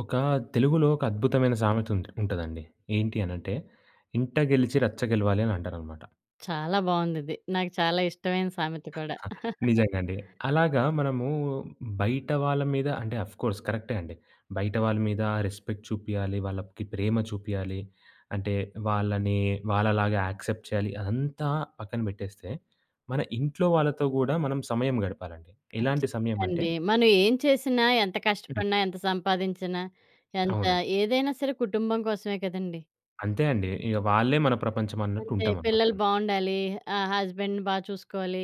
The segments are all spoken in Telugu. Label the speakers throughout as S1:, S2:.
S1: ఒక తెలుగులో ఒక అద్భుతమైన సామెత ఉంటదండి. ఏంటి అనంటే, ఇంట గెలిచి రచ్చ గెలవాలి అని అంటారనమాట.
S2: చాలా బావుందిది. నాకు చాలా ఇష్టమైన సామెత కూడా.
S1: నిజంగా అండి. అలాగా మనము బయట వాళ్ళ మీద అంటే ఆఫ్‌కోర్స్ కరెక్టే అండి. బయట వాళ్ళ మీద రెస్పెక్ట్ చూపియాలి, వాళ్ళకి ప్రేమ చూపియాలి. అంటే వాళ్ళని వాళ్ళలాగా యాక్సెప్ట్ చేయాలి. అదంతా పక్కన పెట్టేస్తే, మన ఇంట్లో వాళ్ళతో గూడా మనం సమయం గడపాలండి. ఎలాంటి
S2: ఖచ్చితంగా
S1: సమయం అంటే
S2: అండి. మనం ఏం చేసినా, ఎంత
S1: హ్మ్.
S2: కష్టపడినా, ఎంత సంపాదించినా, ఎంత
S1: అవునండి.
S2: ఏదైనా సరే కుటుంబం కోసమే కదండీ!
S1: అంతే అండి. ఇగ వాళ్ళే మన ప్రపంచం అన్నట్టు
S2: అంతే
S1: ఉంటామనమాట
S2: పిల్లలు
S1: మనం.
S2: బావుండాలి, హస్బెండ్‌ని బా చూసుకోవాలి,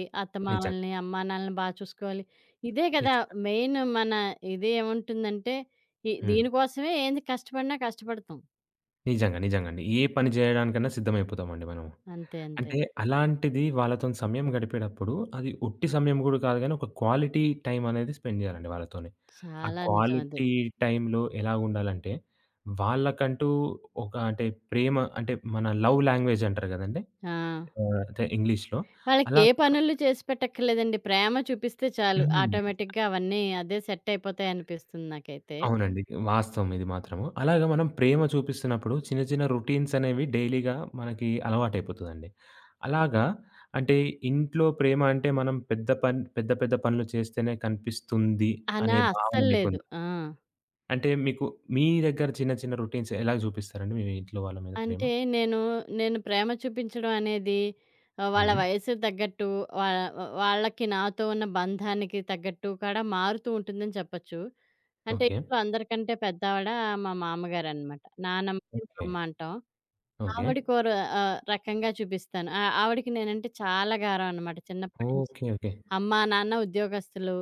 S1: నిజంగా.
S2: అత్తమామల్ని, అమ్మానాన్నలని బా చూసుకోవాలి. ఇదే కదా!
S1: నిజంగా.
S2: మెయిన్ మన ఇది ఏముంటుందంటే,
S1: హ్మ్.
S2: దీనికోసమే ఏంది కష్టపడినా కష్టపడతాం.
S1: నిజంగా. నిజంగండి. ఏ పని జేయడానికన్నా సిద్ధమైపోతామండి మనము.
S2: అంతే. అంతే.
S1: అంటే అలాంటిది వాళ్ళతోని సమయం గడిపేటప్పుడు అది ఉట్టి సమయం గూడా కాదు గానీ, ఒక క్వాలిటీ టైం అనేది స్పెండ్ జేయాలండి వాళ్ళతోని. ఆ
S2: చాలా నిజం అది.
S1: క్వాలిటీ టైంలో ఎలాగుండాలంటే, వాళ్ళకంటూ ఒక అంటే ప్రేమ అంటే మన లవ్ లాంగ్వేజ్ అంటారు గదండీ!
S2: ఆ!
S1: ఆహ్, అదే ఇంగ్లీష్‌లో.
S2: వాళ్ళకి
S1: అలాగా
S2: ఏ పనులు చేసి పెట్టక్కర్లేదండి. ప్రేమ చూపిస్తే చాలు.
S1: హ్మ్.
S2: ఆటోమేటిక్‌గా అవన్నీ అదే సెట్ అయిపోతాయనిపిస్తుంది నాకైతే.
S1: అవునండి. వాస్తవం ఇది మాత్రము. అలాగా మనం ప్రేమ చూపిస్తున్నప్పుడు చిన్న చిన్న రొటీన్స్ అనేవి డైలీగా మనకి అలవాటైపోతదండి. అలాగా అంటే ఇంట్లో ప్రేమ అంటే మనం పెద్ద పెద్ద పనులు చేస్తేనే కనిపిస్తుంది
S2: అనా
S1: అనే భావన
S2: అస్సలు లేదు.
S1: మీకుందా?
S2: ఆ!
S1: అంటే మీకు మీ దగ్గర చిన్న చిన్న రొటీన్స్ ఎలా చూపిస్తారండి మీ ఇంట్లో వాళ్ళ మీద ప్రేమ?
S2: అంటే నేను, నేను ప్రేమ చూపించడం అనేది వాళ్ళ
S1: హ్మ్.
S2: వయసుకు తగ్గట్టు వా వాళ్ళకి నాతో ఉన్న బంధానికి తగ్గట్టు కూడా మారుతూ ఉంటుందని చెప్పొచ్చు. అంటే
S1: ఓకే.
S2: ఇంట్లో అందరికంటే పెద్దావిడ మా మామగారనమాట. నానమ్మ, మా
S1: ఓకే.
S2: అమ్మ అంటాం.
S1: ఓకే.
S2: ఆవిడకోర రకంగా చూపిస్తాను. ఆవిడకి నేనంటే చాలా గారం అనమాట చిన్నప్పటి నుంచి.
S1: ఓకే. ఓకే.
S2: అమ్మ, నాన్న ఉద్యోగస్తులు.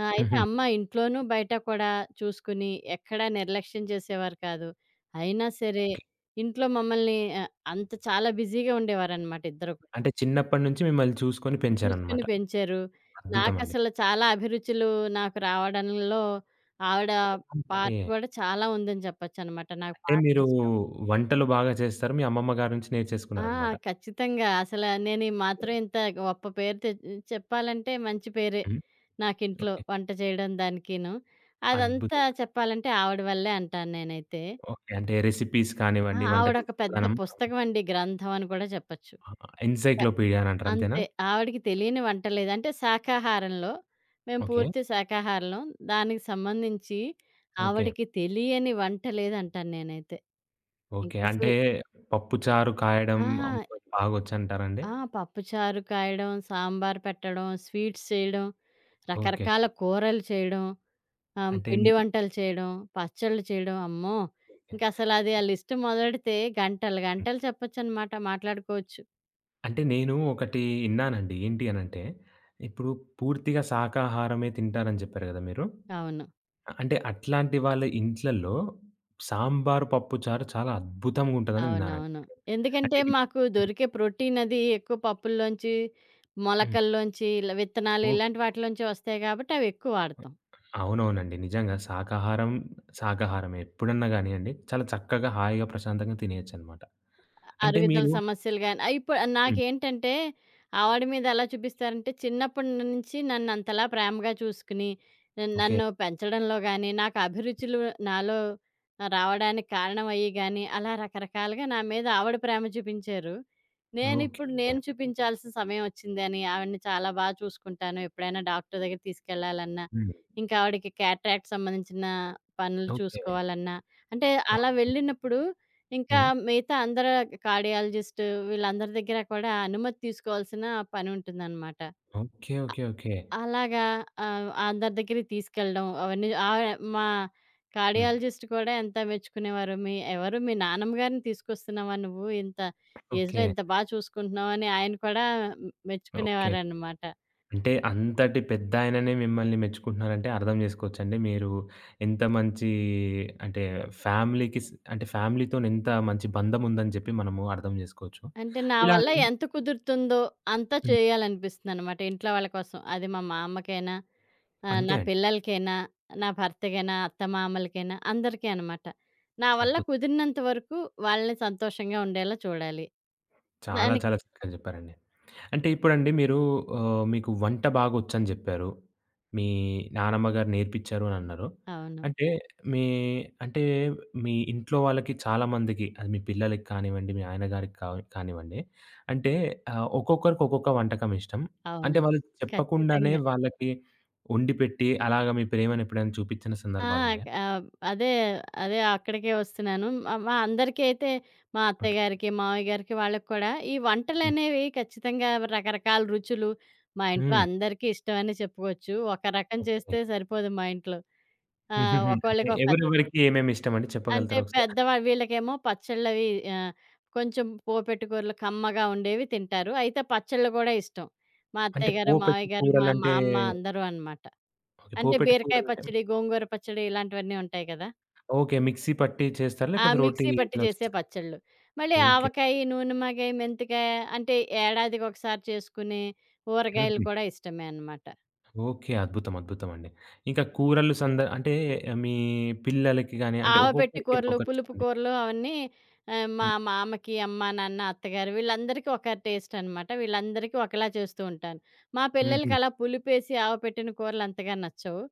S2: అయితే
S1: హుహు.
S2: అమ్మ ఇంట్లోనూ, బయట కూడా చూసుకుని ఎక్కడా నిర్లక్ష్యం చేసేవారు కాదు. అయినా సరే
S1: ఓకే.
S2: ఇంట్లో మమ్మల్ని అంత చాలా బిజీగా ఉండేవారనమాట ఇద్దరు కూడా.
S1: అంటే చిన్నప్పటి నుంచి మిమ్మల్ని చూసుకొని పెంచారనమాట.
S2: చూసుకుని పెంచారు.
S1: అద్భుతమండి.
S2: నాకసలు చాలా అభిరుచులు నాకు రావడంలో ఆవిడ
S1: ఓకే.
S2: పార్ట్ కూడా చాలా ఉందని చెప్పొచ్చనమాట. నాకు
S1: అంటే మీరు
S2: పాటలిష్టం.
S1: వంటలు బాగా చేస్తారు. మీ అమ్మమ్మ గారి నుంచి
S2: ఆ!
S1: నేర్చేసుకున్నారనమాట.
S2: ఖచ్చితంగా. అసల నేను ఈ మాత్రం ఇంత గొప్ప పేరు చెప్పాలంటే మంచి పేరే
S1: హ్మ్.
S2: నాకింట్లో
S1: ఓకే.
S2: వంట చేయడం దానికీను. అదంతా
S1: అద్భుతం.
S2: చెప్పాలంటే ఆవిడ వల్లే అంటాను నేనైతే.
S1: ఓకే. అంటే రెసిపీస్
S2: ఆ!
S1: కానివ్వండి, వంట
S2: ఆవిడొక
S1: చేసే
S2: పెద్ద
S1: విధానం
S2: పుస్తకమండి, గ్రంథం అని కూడా చెప్పొచ్చు. ఇంక
S1: ఎన్‌సైక్లోపీడియా అని అంటారు అంతేనా?
S2: అంతే. ఆవిడకి తెలియని వంట లేదు. అంటే శాకాహారంలో మేము
S1: ఓకే.
S2: పూర్తి శాకాహారులం. దానికి సంబంధించి
S1: ఓకే.
S2: ఆవిడకి తెలియని వంట లేదంటాను నేనైతే.
S1: ఓకే. అంటే
S2: ఇంకసలు
S1: పప్పు చారు కాయడం
S2: ఆ!
S1: అమ్మకి బాగొచ్చంటారండి?
S2: ఆ! పప్పుచారు కాయడం, సాంబార్ పెట్టడం, స్వీట్స్ చేయడం,
S1: ఓకే.
S2: రకరకాల కూరలు చేయడం,
S1: అంటే ని
S2: పిండి వంటలు చేయడం, పచ్చళ్ళు చేయడం. అమ్మో! ఇంకసలది ఆ లిస్ట్ మొదలెడితే గంటలు గంటలు చెప్పొచ్చనమాట మాట్లాడుకోవచ్చు.
S1: అంటే నేను ఒకటి ఇన్నానండి. ఏంటి అనంటే, ఇప్పుడు పూర్తిగా శాకాహారమే తింటారని చెప్పారు గదా మీరు.
S2: అవును.
S1: అంటే అట్లాంటి వాళ్ళ ఇంట్లల్లో సాంబారు, పప్పు చారు చాలా అద్భుతంగుంటదని విన్నానండి
S2: అవునవును.
S1: నేను. అంటే
S2: ఎందుకంటే మాకు
S1: హ్మ్.
S2: దొరికే ప్రోటీన్ అది ఎక్కువ పప్పుల్లోంచి,
S1: హ్మ్.
S2: మొలకల్లోంచి, ఇలా విత్తనాలు
S1: ఓకే.
S2: ఇలాంటి వాటిలోంచి వస్తాయి కాబట్టి అవెక్కువ వాడతాం.
S1: అవునవునండి. నిజంగా శాకాహారం, శాకాహారమే ఎప్పుడన్నా గానియండి చాలా చక్కగా, హాయిగా, ప్రశాంతంగా తినేయొచ్చనమాట. అంటే
S2: అరుగుదల
S1: మీరు
S2: సమస్యలు గాని ఇప్పుడు
S1: హ్మ్.
S2: నాకేంటంటే, ఆవిడ మీద ఎలా చూపిస్తారంటే, చిన్నప్పటి నుంచి నన్నంతలా ప్రేమగా చూసుకుని,
S1: ఓకే.
S2: నన్ను పెంచడంలో గాని, నాకు అభిరుచులు నాలో రావడానికి కారణమయ్యి గాని, అలా రకరకాలుగా నా మీద ఆవిడ ప్రేమ చూపించారు.
S1: ఓకే. ఓకే.
S2: నేను చూపించాల్సిన సమయం వచ్చిందని, ఆవిడని చాలా బా చూసుకుంటాను. ఎప్పుడైనా డాక్టర్ దగ్గరికి తీసుకెళ్ళాలన్నా,
S1: హ్మ్.
S2: ఇంకా ఆవిడకి క్యాట్రాక్ట్ సంబంధించిన పనులు
S1: ఓకే.
S2: చూసుకోవాలన్నా, అంటే
S1: ఓహ్!
S2: అలా వెళ్ళినప్పుడు ఇంకా
S1: హ్మ్.
S2: మిగతా అందరు కార్డియాలజిస్ట్ వీళ్ళందరి దగ్గర కూడా అనుమతి తీసుకోవాల్సిన పని ఉంటుందన్నమాట.
S1: ఓకే. ఓకే. ఓకే.
S2: అలాగా అందరి దగ్గరికి తీసుకెళ్ళడం అవన్నీ మా
S1: హ్మ్.
S2: కార్డియాలజిస్ట్ కూడా ఎంత మెచ్చుకునేవారు. "మీ ఎవరు మీ నానమ్మ గారిని తీసుకొస్తున్నావా నువ్వు? ఇంత
S1: ఓకే.
S2: ఏజ్‌లో ఇంత బా చూసుకుంటున్నావు" అని ఆయన కూడా
S1: ఓకే.
S2: మెచ్చుకునేవారన్నమాట.
S1: అంటే అంతటి పెద్దాయననే మిమ్మల్ని మెచ్చుకుంటున్నారంటే అర్థం జేసుకోవచ్చండి. మీరు ఎంత మంచి అంటే ఫ్యామిలీకి స్ అంటే ఫ్యామిలీతోని ఎంత మంచి బంధం ఉందని జెప్పి మనము అర్థం జేసుకోవచ్చు.
S2: అంటే నా
S1: ఇలా
S2: వల్ల ఎంత కుదురుతుందో అంతా
S1: హ్మ్.
S2: చేయాలనిపిస్తుందన్నమాట ఇంట్లో వాళ్ళ కోసం. అది మా మా అమ్మకైనా ఆ!
S1: అంతే
S2: నా
S1: అండి.
S2: పిల్లలకైనా, నా భర్తకైనా, అత్తమామలకైనా అందరికీ అనమాట. నా వల్ల
S1: అద్భుతం.
S2: కుదిరినంత వరకు వాళ్ళని సంతోషంగా ఉండేలా చూడాలి.
S1: చాలా
S2: దానికి
S1: చాలా చక్కగా జెప్పారండి. అంటే ఇప్పుడండి మీరు ఆహ్, మీకు వంట బాగొచ్చని జెప్పారు. మీ నానమ్మ గారు నేర్పిచ్చారు అనన్నారు.
S2: అవును.
S1: అంటే మీ అంటే మీ ఇంట్లో వాళ్ళకి చాలా మందికి అది మీ పిల్లలకి కానివ్వండి, మీ ఆయన గారికి కా కానివ్వండి. అంటే ఆహ్, ఒక్కొక్కరికి ఒక్కొక్క వంటకం ఇష్టం. అంటే
S2: అవునదే.
S1: వాళ్ళు చెప్పకుండానే
S2: ఖచ్చితంగా.
S1: వాళ్ళకి వండిపెట్టి అలాగ మీ ప్రేమను ఎప్పుడైనా చూపిచ్చిన
S2: ఆ!
S1: సందర్భాలున్నాయా?
S2: ఆహ్, అదే, అదే అక్కడికే వస్తున్నాను. మా అందరికీ అయితే మా అత్తయ్య
S1: ఓకే.
S2: గారికి, మావయ్య గారికి వాళ్ళకి కూడా ఈ వంటలనేవి ఖచ్చితంగా రకరకాల రుచులు మా ఇంట్లో
S1: హ్మ్.
S2: అందరికీ ఇష్టమనే చెప్పుకోవచ్చు. ఒక రకం
S1: ఓకే.
S2: చేస్తే సరిపోదు మా ఇంట్లో. ఆ!
S1: హుహుహు. అంటే
S2: ఒక్కోళ్ళకి ఒక
S1: ఎవరెవరికి ఏమేమి ఇష్టమండి
S2: అంటే
S1: చెప్పగలుగుతారా ఒకసారి?
S2: వీళ్ళకేమో పచ్చళ్ళవి ఆహ్, కొంచెం పోపెట్టు కూరలు కమ్మగా ఉండేవి తింటారు. అయితే పచ్చళ్ళు గూడా ఇష్టం. మా
S1: అంటే
S2: అత్తయ్య గారు,
S1: పోపెట్టి
S2: మావయ్య గారు, మా మా
S1: కూరలంటే
S2: అమ్మ అందరూ అన్నమాట.
S1: ఓకే.
S2: అంటే
S1: పోపెట్టి
S2: బీరకాయ
S1: కూరలంటే
S2: పచ్చడి, గోంగూర పచ్చడి ఇలాంటివన్నీ ఉంటాయి కదా!
S1: ఓకే. మిక్సీ పట్టి చేస్తారా?
S2: ఆ
S1: లేకపోతే రోటి
S2: మిక్సీ పట్టి
S1: ఇట్లా
S2: చేసే
S1: చేస్తారా?
S2: పచ్చళ్ళు. మళ్ళీ
S1: ఓకే.
S2: ఆవకాయి, నూనెమాకాయ, మెంతికాయ అంటే ఏడాదికొకసారి చేసుకునే ఊరగాయలు
S1: హుహు.
S2: కూడా ఇష్టమే అన్నమాట.
S1: ఓకే. అద్భుతం. అద్భుతం అండి. ఇంకా కూరలు సంద అంటే మీ పిల్లలకి గాని అంటే
S2: ఆవపెట్టి
S1: ఒక్కొక్కరికి
S2: కూరలు,
S1: ఒక్కొక్కరు
S2: పులుపు
S1: ఇష్టమండి.
S2: కూరలు అవన్నీ మా
S1: హ్మ్.
S2: మామకి, అమ్మ, నాన్న, అత్తగారు వీళ్ళందరికీ ఒక టేస్ట్ అనమాట. వీళ్ళందరికీ ఒకలా చేస్తూ ఉంటాను. మా
S1: హుహు.
S2: పిల్లలకి అలా పులుపేసి ఆవపెట్టిన కూరలు అంతగా నచ్చవు.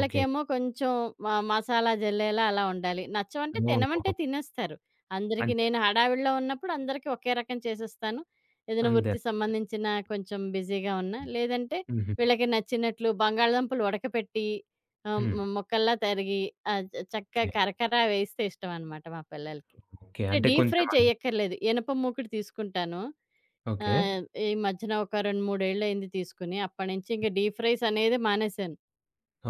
S1: ఓకే.
S2: కొంచెం మసాలా జల్లేలా అలా ఉండాలి. నచ్చవంటే తినమంటే
S1: ఓహోహో!
S2: తినేస్తారు. అందరికీ
S1: అంతే.
S2: నేను హడావిడిలో ఉన్నప్పుడు అందరికీ ఒకే రకం చేసేస్తాను. ఏదైనా
S1: అంతే.
S2: వృత్తి సంబంధించిన కొంచెం బిజీగా ఉన్నా, లేదంటే
S1: హుహు.
S2: వీళ్ళకి నచ్చినట్లు బంగాళదుంపలు ఉడకపెట్టి
S1: హ్మ్.
S2: ముక్కల్లా తరిగి ఆహ్, చక్కగా
S1: ఓకే.
S2: కరకర వేస్తే ఇష్టమనమాట మా పిల్లలకి.
S1: ఓకే.
S2: అంటే
S1: అంటే
S2: డీప్ ఫ్రై
S1: కొంచెం అన్
S2: చేయక్కర్లేదు. ఇనప మూకుడు తీసుకుంటాను.
S1: ఓకే.
S2: ఈ మధ్యన ఒక 2, 3 ఏళ్లయింది తీసుకొని. అప్పటినుంచి ఇంక డీప్ ఫ్రైస్ అనేది మానేశాను.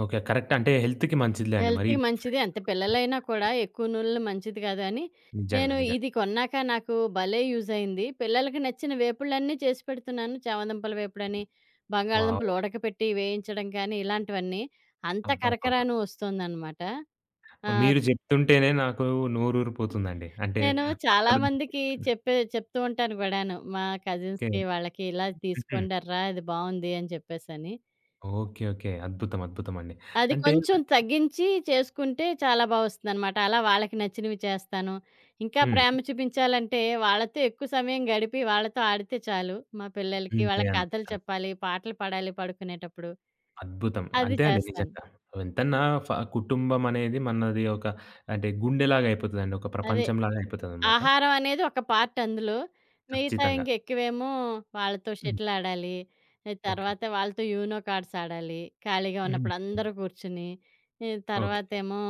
S1: ఓకే. కరెక్ట్ అంటే హెల్త్‌కి మంచిదిలే అండి. మరీ
S2: హెల్త్‌కి
S1: డీప్ ఫ్రై.
S2: మంచిది ఎంత పిల్లలైనా కూడా ఎక్కువ నూనెలు మంచిది కాదు అని,
S1: నిజంగా.
S2: నేను
S1: నిజంగా.
S2: ఇది కొన్నాక నాకు భలే యూజ్ అయింది. పిల్లలకి నచ్చిన వేపుళ్ళన్నీ చేసి పెడుతున్నాను. చామదుంపల వేపుడని,
S1: వావ్!
S2: బంగాళదుంపలు ఉడకపెట్టి వేయించడం కానీ, ఇలాంటివన్నీ. అంత
S1: అబ్బబ్బబ్బా!
S2: కరకరాను వస్తోందనమాట. ఆ!
S1: మీరు చెప్తుంటేనే నాకు నోరూరిపోతుందండి. అంటే
S2: నేను చాలా
S1: పక్కల
S2: మందికి చెప్తూ ఉంటాను కూడాను. మా
S1: ఓకే.
S2: కజిన్స్‌కి వాళ్ళకి ఇలా
S1: హుహు.
S2: తీసుకోండర్రా! ఇది బావుంది అని చెప్పేసని.
S1: ఓకే. ఓకే. అద్భుతం. అద్భుతమండి.
S2: అది
S1: అంటే
S2: కొంచెం తగ్గించి చేసుకుంటే చాలా బా వస్తుందనమాట. అలా వాళ్ళకి నచ్చినవి చేస్తాను. ఇంకా
S1: హ్మ్.
S2: ప్రేమ చూపించాలంటే వాళ్ళతో ఎక్కువ సమయం గడిపి వాళ్ళతో ఆడితే చాలు. మా పిల్లలకి
S1: అంతే.
S2: వాళ్ళకి
S1: అంతే.
S2: కథలు చెప్పాలి, పాటలు పాడాలి పడుకునేటప్పుడు.
S1: అద్భుతం.
S2: అది
S1: అంతే అండి
S2: చేస్తాను.
S1: నిజంగా. ఎంతన్నా ఫ కుటుంబం అనేది మనది ఒక అంటే గుండెలాగా అయిపోతదండి. ఒక
S2: అదే
S1: ప్రపంచంలాగా అయిపోతదనమాట.
S2: ఆహారం అనేది ఒక పార్ట్ అందులో. మిగతా
S1: ఖచ్చితంగా.
S2: ఇంక ఎక్కువేమో వాళ్ళతో
S1: హ్మ్.
S2: షటిల్ ఆడాలి.
S1: ఓకే.
S2: తర్వాత వాళ్ళతో యూనో కార్డ్స్ ఆడాలి. ఖాళీగా
S1: హ్మ్.
S2: ఉన్నప్పుడు అందరూ కూర్చుని. ఈ
S1: ఓకే.
S2: తర్వాతేమో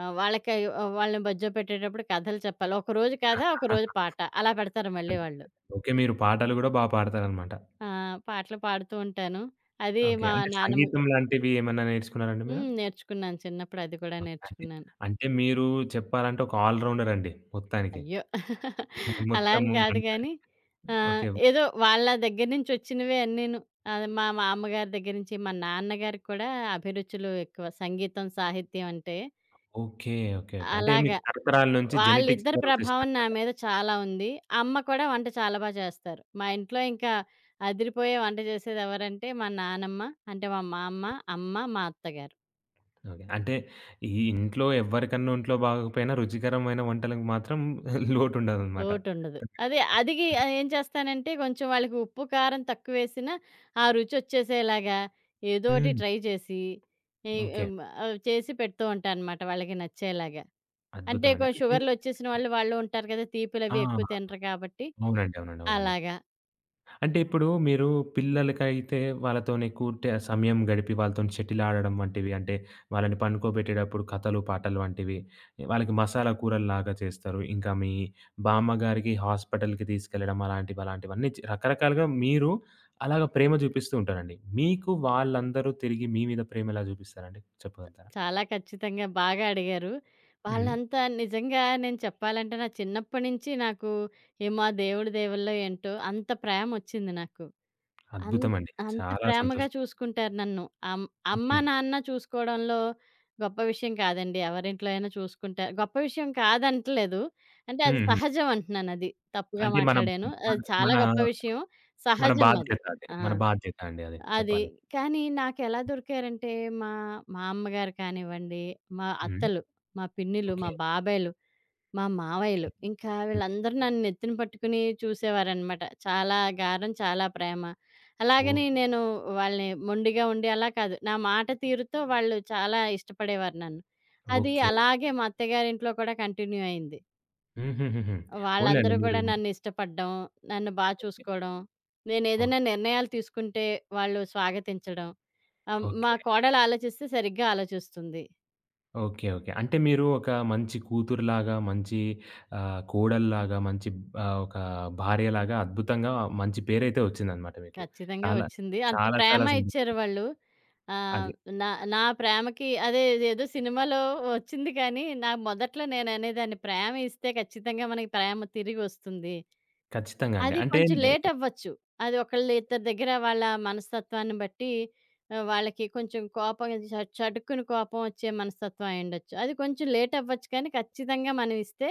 S2: ఆహ్, వాళ్ళకి వాళ్ళని బజ్జో పెట్టేటప్పుడు కథలు చెప్పాలి. ఒకరోజు కథ, ఒకరోజు పాట అలా పెడతారు మళ్ళీ వాళ్ళు.
S1: ఓకే. మీరు పాటలు గూడా బా పాడతారనమాట.
S2: ఆ! పాటలు పాడుతూ ఉంటాను. అది
S1: ఓకే.
S2: మా
S1: అంటే
S2: నాన్నమ్మ
S1: సంగీతం లాంటివి ఏమన్నా నేర్చుకున్నారండి మీరు?
S2: హ్మ్. నేర్చుకున్నాను. చిన్నప్పుడు అది కూడా
S1: మొత్తానికి. అంటే
S2: నేర్చుకున్నాను.
S1: అంటే మీరు చెప్పాలంటే ఒక ఆల్ రౌండర్ అండి మొత్తానికి.
S2: అయ్యో! అలా అని
S1: మొత్తము
S2: కాదు
S1: వంట.
S2: గానీ,
S1: ఓకే.
S2: ఏదో వాళ్ళ దగ్గర నుంచొచ్చినవే అన్నీను. అది మా మామ్మగారి దగ్గర నుంచి, మా నాన్నగారికి కూడా అభిరుచులు ఎక్కువ. సంగీతం, సాహిత్యం అంటే
S1: ఓకే. ఓకే. ఓకే. అంటే
S2: అలాగా.
S1: మీకు తరతరాల నుంచి జెనెటిక్స్
S2: వాళ్ళిద్దరి
S1: ద్వారా
S2: ప్రభావం నా
S1: వచ్చేసిందనమాట.
S2: మీద చాలా ఉంది. అమ్మ కూడా వంట చాలా బా చేస్తారు. మా ఇంట్లో ఇంకా అదిరిపోయే వంట చేసేదెవరంటే మా నానమ్మ, అంటే మా మామ్మ, అమ్మ, మా అత్తగారు.
S1: ఓకే. అంటే ఈ ఇంట్లో ఎవ్వరికన్నా ఒంట్లో బాగోకపోయినా రుచికరమైన వంటలకు మాత్రం లోటుండదనమాట.
S2: లోటుండదు. అదే అదిగి ఏం చేస్తానంటే కొంచెం వాళ్ళకి ఉప్పు, కారం తక్కువేసినా ఆ రుచొచ్చేసేలాగా ఏదోటి
S1: హ్మ్.
S2: ట్రై చేసి ఈ
S1: ఓకే.
S2: హ్మ్. చేసి పెడుతూ ఉంటానన్నమాట వాళ్ళకి నచ్చేలాగా. అంటే
S1: అద్భుతమండి. అంటే
S2: షుగర్‌లొచ్చేసిన వాళ్ళు ఉంటారు కదా!
S1: ఆ!
S2: తీపులవి ఎక్కువ తినరు కాబట్టి
S1: అవునండి. అవునండి. అవునండి.
S2: అలాగా.
S1: అంటే ఇప్పుడు మీరు పిల్లలకైతే వాళ్ళతోని ఎక్కువ సమయం గడిపి వాళ్ళతోని షటిల్ ఆడడం వంటివి, అంటే వాళ్ళని పండుకోబెట్టేటప్పుడు కథలు, పాటలు వంటివి, వాళ్ళకి మసాలా కూరల్లాగా చేస్తారు. ఇంకా మీ బామ్మగారికి హాస్పిటల్‌కి తీసుకెళ్లడం అలాంటివి, అలాంటివన్నీ రకరకాలుగా మీరు అలాగా ప్రేమ చూపిస్తూ ఉంటారండి. మీకు వాళ్ళందరూ తిరిగి మీ మీద ప్రేమ ఎలా చూపిస్తారండి? చెప్పగలుగుతారా?
S2: చాలా ఖచ్చితంగా బాగా అడిగారు.
S1: హ్మ్.
S2: వాళ్ళంతా నిజంగా నేను చెప్పాలంటే నా చిన్నప్పటి నుంచి నాకు ఏమో ఆ దేవుడి దయ వల్లో ఏంటో అంత ప్రేమొచ్చింది నాకు. అన్
S1: అద్భుతమండి.
S2: అంత
S1: చాలా
S2: ప్రేమగా
S1: సంతోషం.
S2: చూసుకుంటారు నన్ను. అమ్ అమ్మ,
S1: హ్మ్.
S2: నాన్న చూసుకోవడంలో గొప్ప విషయం కాదండి. ఎవరింట్లో అయినా చూసుకుంటారు. గొప్ప విషయం కాదంటలేదు. అంటే అది
S1: హ్మ్. హ్మ్.
S2: సహజం అంటున్నాను అది. తప్పుగా
S1: అంటే మన
S2: మాట్లాడాను.
S1: మన
S2: అది చాలా
S1: మన
S2: గొప్ప విషయం.
S1: మన
S2: సహజం అది.
S1: బాధ్యత అది.
S2: ఆ!
S1: మన బాధ్యత అండి అది
S2: అది.
S1: చెప్పాలంటే.
S2: కానీ నాకెలా దొరికారంటే మా, మా అమ్మగారు కానివ్వండి, మా
S1: హ్మ్.
S2: అత్తలు, మా పిన్నిలు,
S1: ఓకే.
S2: మా బాబాయిలు, మా
S1: ఓకే.
S2: మావయ్యలు ఇంకా
S1: హ్మ్.
S2: వీళ్ళందరూ నన్ను నెత్తిన పట్టుకుని చూసేవారనమాట. చాలా గారం, చాలా ప్రేమ.
S1: ఓహ్!
S2: అలాగని నేను వాళ్ళని మొండిగా ఉండి అలా కాదు. నా మాట తీరుతో వాళ్ళు చాలా ఇష్టపడేవారు నన్ను. అది
S1: ఓకే.
S2: అలాగే మా అత్తగారింట్లో కూడా కంటిన్యూ అయింది.
S1: హుహుహుహు. పోన్లేండి
S2: వాళ్ళందరూ
S1: మీరు
S2: కూడా నన్ను ఇష్టపడడం, నన్ను బా చూసుకోవడం,
S1: ఓకే.
S2: నేనేదైనా నిర్ణయాలు తీసుకుంటే వాళ్ళు స్వాగతించడం. మా
S1: ఓకే.
S2: కోడలు ఆలోచిస్తే సరిగ్గా ఆలోచిస్తుంది.
S1: ఓకే. ఓకే. అంటే మీరు ఒక మంచి కూతురులాగా, మంచి ఆహ్, కోడల్లాగా, మంచి ఆహ్, ఒక భార్యలాగా అద్భుతంగా మంచి పేరైతే వచ్చిందనమాట మీకు.
S2: ఖచ్చితంగా
S1: చాలా
S2: వచ్చింది. అంత
S1: చాలా
S2: ప్రేమ
S1: చాలా
S2: ఇచ్చారు
S1: సంతోషం.
S2: వాళ్ళు. ఆహ్,
S1: అది.
S2: నా నా ప్రేమకి అదే ఏదో సినిమాలో వచ్చింది కానీ, నా మొదట్లో నేననేదాన్ని ప్రేమ ఇస్తే ఖచ్చితంగా మనకి ప్రేమ తిరిగొస్తుంది.
S1: ఖచ్చితంగా అండి.
S2: అది
S1: అంటే
S2: కొంచెం
S1: నే
S2: లేట్ అవ్వచ్చు. అది ఒకళ్ళ ఇద్దరి దగ్గర వాళ్ళ మనస్తత్వాన్ని బట్టి వాళ్ళకి కొంచెం కోపం చ చటుక్కున కోపం వచ్చే మనస్తత్వం అయ్యుండొచ్చు. అది కొంచెం లేట్ అవ్వచ్చు కానీ ఖచ్చితంగా మనం ఇస్తే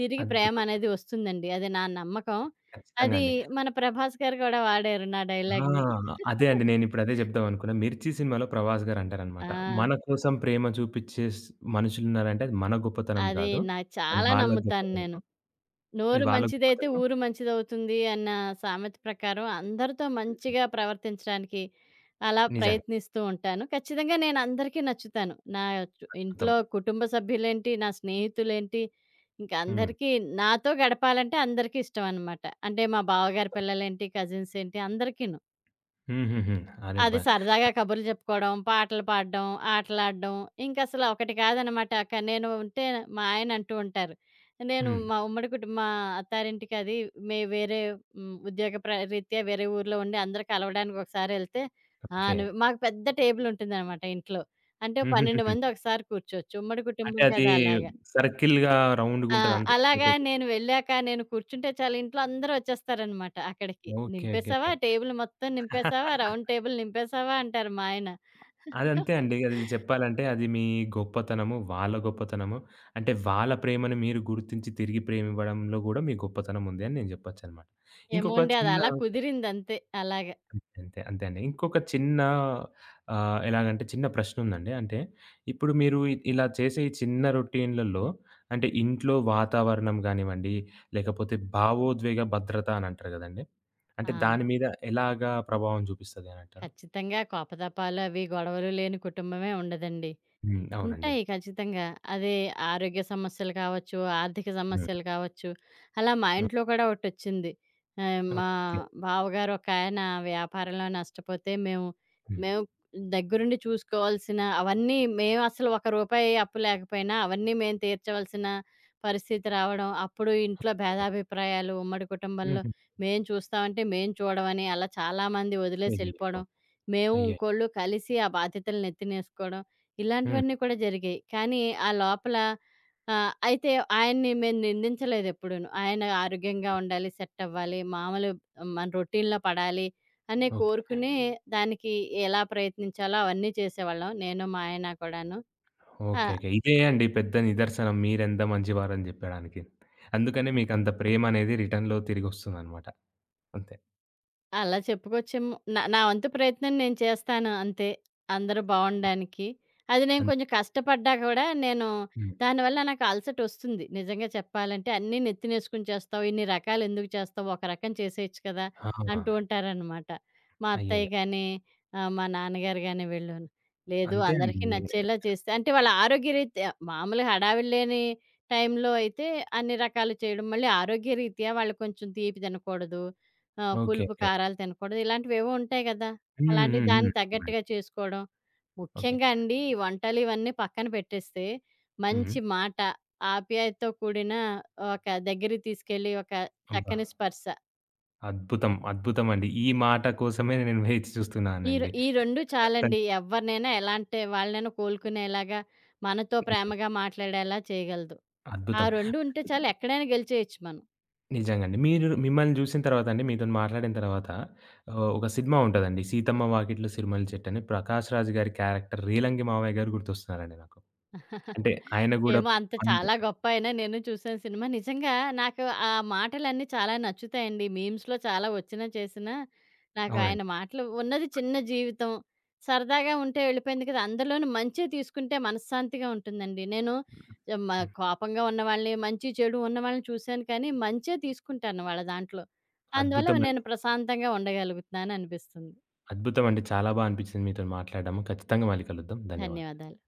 S2: తిరిగి ప్రేమ
S1: అద్భుతం.
S2: అనేది వస్తుందండి. అది నా నమ్మకం.
S1: ఖచ్చితంగా
S2: అది
S1: అండి.
S2: మన 'ప్రభాస్' గారు కూడా వాడారు నా
S1: ఆ!
S2: డైలాగ్‌ని.
S1: అదే అండి. నేనిప్పుడు అదే జెప్దామనుకున్నా. 'మిర్చి' సినిమాలో ప్రభాస్ గారు
S2: ఆ!
S1: అంటారనమాట. మన కోసం ప్రేమ చూపిచ్చే స్ మనుషులున్నారంటే అది మన గొప్పతనం
S2: అది
S1: గాదు.
S2: నాకు
S1: అది
S2: చాలా
S1: వాళ్ళ
S2: నమ్ముతాను
S1: గొప్పతనము.
S2: నేను.
S1: అది
S2: నోరు
S1: వాళ్ళ
S2: మంచిదైతే
S1: గొప్పతనము.
S2: ఊరు మంచిదవుతుంది అన్న సామెత ప్రకారం అందరితో మంచిగా ప్రవర్తించడానికి అలా
S1: నిజంగా
S2: ప్రయత్నిస్తూ ఉంటాను. ఖచ్చితంగా నేను అందరికీ నచ్చుతాను. నా చు
S1: అర్థం.
S2: ఇంట్లో కుటుంబ సభ్యులేంటి, నా స్నేహితులేంటి, ఇంక
S1: హ్మ్.
S2: అందరికీ నాతో గడపాలంటే అందరికీ ఇష్టమనమాట. అంటే మా బావగారి పిల్లలేంటి, కజిన్స్ ఏంటి అందరికీను.
S1: హుహుహు.
S2: అది
S1: అరెబ్బా!
S2: సరదాగా కబుర్లు చెప్పుకోవడం, పాటలు పాడడం, ఆటలాడడం ఇంకసల ఒకటి కాదనమాట. నేను ఉంటే మా ఆయన అంటూ ఉంటారు. నేను
S1: హ్మ్.
S2: మా ఉమ్మడి కుటు మా అత్తారింటికి అది మే వేరే హ్మ్, ఉద్యోగ ప్ర రీత్యా వేరే ఊర్లో ఉండి అందరూ కలవడానికి ఒకసారెళ్తే ఆ!
S1: ఓకే.
S2: నువ్వు మాకు పెద్ద టేబులుంటుందనమాట ఇంట్లో. అంటే 12
S1: హుహుహుహు.
S2: మంది ఒకసారి కూర్చోవచ్చు. ఉమ్మడి
S1: అంటే
S2: కుటుంబం
S1: అది
S2: కదా! అలాగ.
S1: సర్కిల్‌గా
S2: ఆ!
S1: రౌండ్‌గుంటది అంతే.
S2: అలాగా నేను వెళ్ళాక నేను కూర్చుంటే చాలు ఇంట్లో అందరూ వచ్చేస్తారనమాట అక్కడికి.
S1: ఓకే. ఓకే.
S2: "నింపేసావా? టేబుల్ మొత్తం
S1: ఓకే.
S2: నింపేసావా? రౌండ్ టేబుల్ నింపేసావా?" అంటారు మా ఆయన.
S1: అదంతే అండి. అది చెప్పాలంటే అది మీ గొప్పతనము, వాళ్ళ గొప్పతనము. అంటే వాళ్ళ ప్రేమను మీరు గుర్తించి తిరిగి ప్రేమివ్వడంలో గూడా మీ గొప్పతనం ఉంది అని నేను జెప్పొచ్చనమాట. ఇంకొక
S2: ఏమోండి
S1: చిన్న
S2: అదలా కుదిరిందంతే అలాగా.
S1: అంతే, అంతే. అంతే అండి. ఇంకొక చిన్న ఆహ్, ఎలాగంటే చిన్న ప్రశ్నుందండి. అంటే ఇప్పుడు మీరు ఇలా చేసే ఈ చిన్న రొటీన్‌లలో అంటే ఇంట్లో వాతావరణం గానివ్వండి, లేకపోతే భావోద్వేగ భద్రత అని అంటారు గదండీ! అంటే దాని
S2: ఆ!
S1: మీద ఎలాగా ప్రభావం జూపిస్తది అనంటారు?
S2: ఖచ్చితంగా కోపతాపాలు అవి గొడవలు లేని కుటుంబమే ఉండదండి.
S1: హ్మ్. అవునండి.
S2: ఉంటాయి ఖచ్చితంగా. అదే ఆరోగ్య సమస్యలు కావచ్చు, ఆర్థిక
S1: హ్మ్.
S2: సమస్యలు కావచ్చు. అలా మా ఇంట్లో కూడా ఒకటొచ్చింది. మా
S1: ఓకే.
S2: బావగారు ఒకాయన వ్యాపారంలో నష్టపోతే
S1: హ్మ్.
S2: మేము దగ్గరుండి చూసుకోవాల్సిన అవన్నీ మేమసలు ఒక రూపాయి అప్పు లేకపోయినా అవన్నీ మేము తీర్చవలసిన పరిస్థితి రావడం, అప్పుడు ఇంట్లో భేదాభిప్రాయాలు ఉమ్మడి కుటుంబంలో
S1: హుహు.
S2: మేము చూస్తామంటే మేము చూడమని అలా చాలామంది
S1: అయ్యయ్యో!
S2: వదిలేసెళ్ళిపోవడం, మేము
S1: అయ్యాయి.
S2: ఇంకోళ్ళు కలిసి ఆ బాధ్యతలు నెత్తినేసుకోవడం
S1: హ్మ్.
S2: ఇలాంటివన్నీ కూడా జరిగాయి. కానీ ఆ లోపల ఆహ్, అయితే ఆయన్ని మేము నిందించలేదెప్పుడూను. ఆయన ఆరోగ్యంగా ఉండాలి, సెట్ అవ్వాలి, మామూలు మన రొటీన్‌లో పడాలి అనే
S1: ఓకే.
S2: కోరుకునే దానికి ఎలా ప్రయత్నించాలో అవన్నీ చేసేవాళ్ళం. నేను, మా ఆయన కూడాను. ఆ!
S1: ఓకే. ఓకే. ఇదే అండి పెద్ద నిదర్శనం మీరెంత మంచివారని జెప్పడానికి. అందుకనే మీకంత ప్రేమనేది రిటర్న్‌లో తిరిగొస్తుందనమాట. అంతే.
S2: అలా చెప్పుకొచ్చేమో. నా నా వంతు ప్రయత్నం నేను చేస్తాను అంతే. అందరూ బావుండడానికి. అది నేను
S1: అంతే.
S2: కొంచెం కష్టపడ్డా కూడా నేను
S1: హ్మ్.
S2: దానివల్ల నాకు అలసటొస్తుంది. నిజంగా చెప్పాలంటే అన్నీ నెత్తినేసుకుని చేస్తావు, ఇన్ని రకాలెందుకు చేస్తావు, ఒక రకం చేసేయొచ్చు కదా!
S1: ఆ!
S2: అంటూ ఉంటారనమాట. మా అత్తయ్య
S1: అయ్యయ్యో!
S2: గానీ, మా నాన్నగారు గానీ వీళ్ళును. లేదు
S1: అంతే
S2: అందరికీ
S1: అండి.
S2: నచ్చేలా చేస్తే అంటే వాళ్ళ ఆరోగ్యరీత్యా మామూలుగా హడావిడి లేని టైంలో అయితే అన్ని రకాలు చేయడం. మళ్ళీ ఆరోగ్యరీత్యా వాళ్ళు కొంచెం తీపి తినకూడదు. ఆ!
S1: ఓకే.
S2: పులుపు,
S1: ఓకే.
S2: కారాలు తినకూడదు. ఇలాంటివేవో ఉంటాయి గదా!
S1: హ్మ్.
S2: అలాంటివి
S1: హ్మ్. హ్మ్.
S2: దానికి
S1: అవునండి.
S2: తగ్గట్టుగా చేసుకోవడం.
S1: ఓకే.
S2: ముఖ్యంగా అండి ఈ వంటలు ఇవన్నీ పక్కన పెట్టేస్తే,
S1: హ్మ్.
S2: మంచి మాట, ఆప్యాయతతో కూడిన ఒక దగ్గరికి తీసుకెళ్ళి ఒక
S1: అబ్బా!
S2: చక్కని స్పర్శ.
S1: అద్భుతం. అద్భుతమండి. ఈ మాట కోసమే నేను వేచి చూస్తున్నానండి.
S2: ఈ 2
S1: అద్భుతం.
S2: చాలండి. ఎవరినైనా ఎలాంటి వాళ్ళనైనా కోలుకునేలాగా, మనతో
S1: నిజంగా.
S2: ప్రేమగా మాట్లాడేలా చేయగలదు. ఆ
S1: అద్భుతం.
S2: 2 ఉంటే చాలు ఎక్కడైనా గెలిచేయొచ్చు మనం.
S1: నిజంగండి. మీరు మిమ్మల్ని జూసిన తర్వాత అండి మీతోని మాట్లాడిన తర్వాత ఆహ్, ఒక సినిమా ఉంటదండి 'సీతమ్మ వాకిట్లో సిరిమల్లె చెట్టు' అని ప్రకాష్ రాజ్ గారి క్యారెక్టర్ రేలంగి మావయ్య గారు గుర్తొస్తున్నారండి నాకు. అంటే ఆయన గూడా
S2: ఏమో అంత
S1: పంచ్
S2: చాలా గొప్ప అయినా నేను చూసాను సినిమా. నిజంగా నాకు ఆ మాటలన్నీ చాలా నచ్చుతాయండి. మీమ్స్‌లో చాలా వచ్చినా చేసినా, నాకు
S1: అవునండి.
S2: ఆయన మాటలు ఉన్నది చిన్న జీవితం. సరదాగా ఉంటే వెళ్ళిపోయింది కదా! అందులోను మంచే తీసుకుంటే మనశ్శాంతిగా ఉంటుందండి. నేను మ
S1: హ్మ్.
S2: కోపంగా ఉన్నవాళ్ళని, మంచి చెడు ఉన్నవాళ్ళని చూసాను కానీ, మంచే తీసుకుంటాను వాళ్ళ దాంట్లో. అందువల్ల
S1: అద్భుతమండి.
S2: నేను ప్రశాంతంగా ఉండగలుగుతున్నాను అనిపిస్తుంది.
S1: అద్భుతమండి. చాలా బా అనిపిచ్చింది మీతోని మాట్లాడడము. ఖచ్చితంగా మళ్ళీ కలుద్దాం. ధన్యవాదాలు.
S2: ధన్యవాదాలు.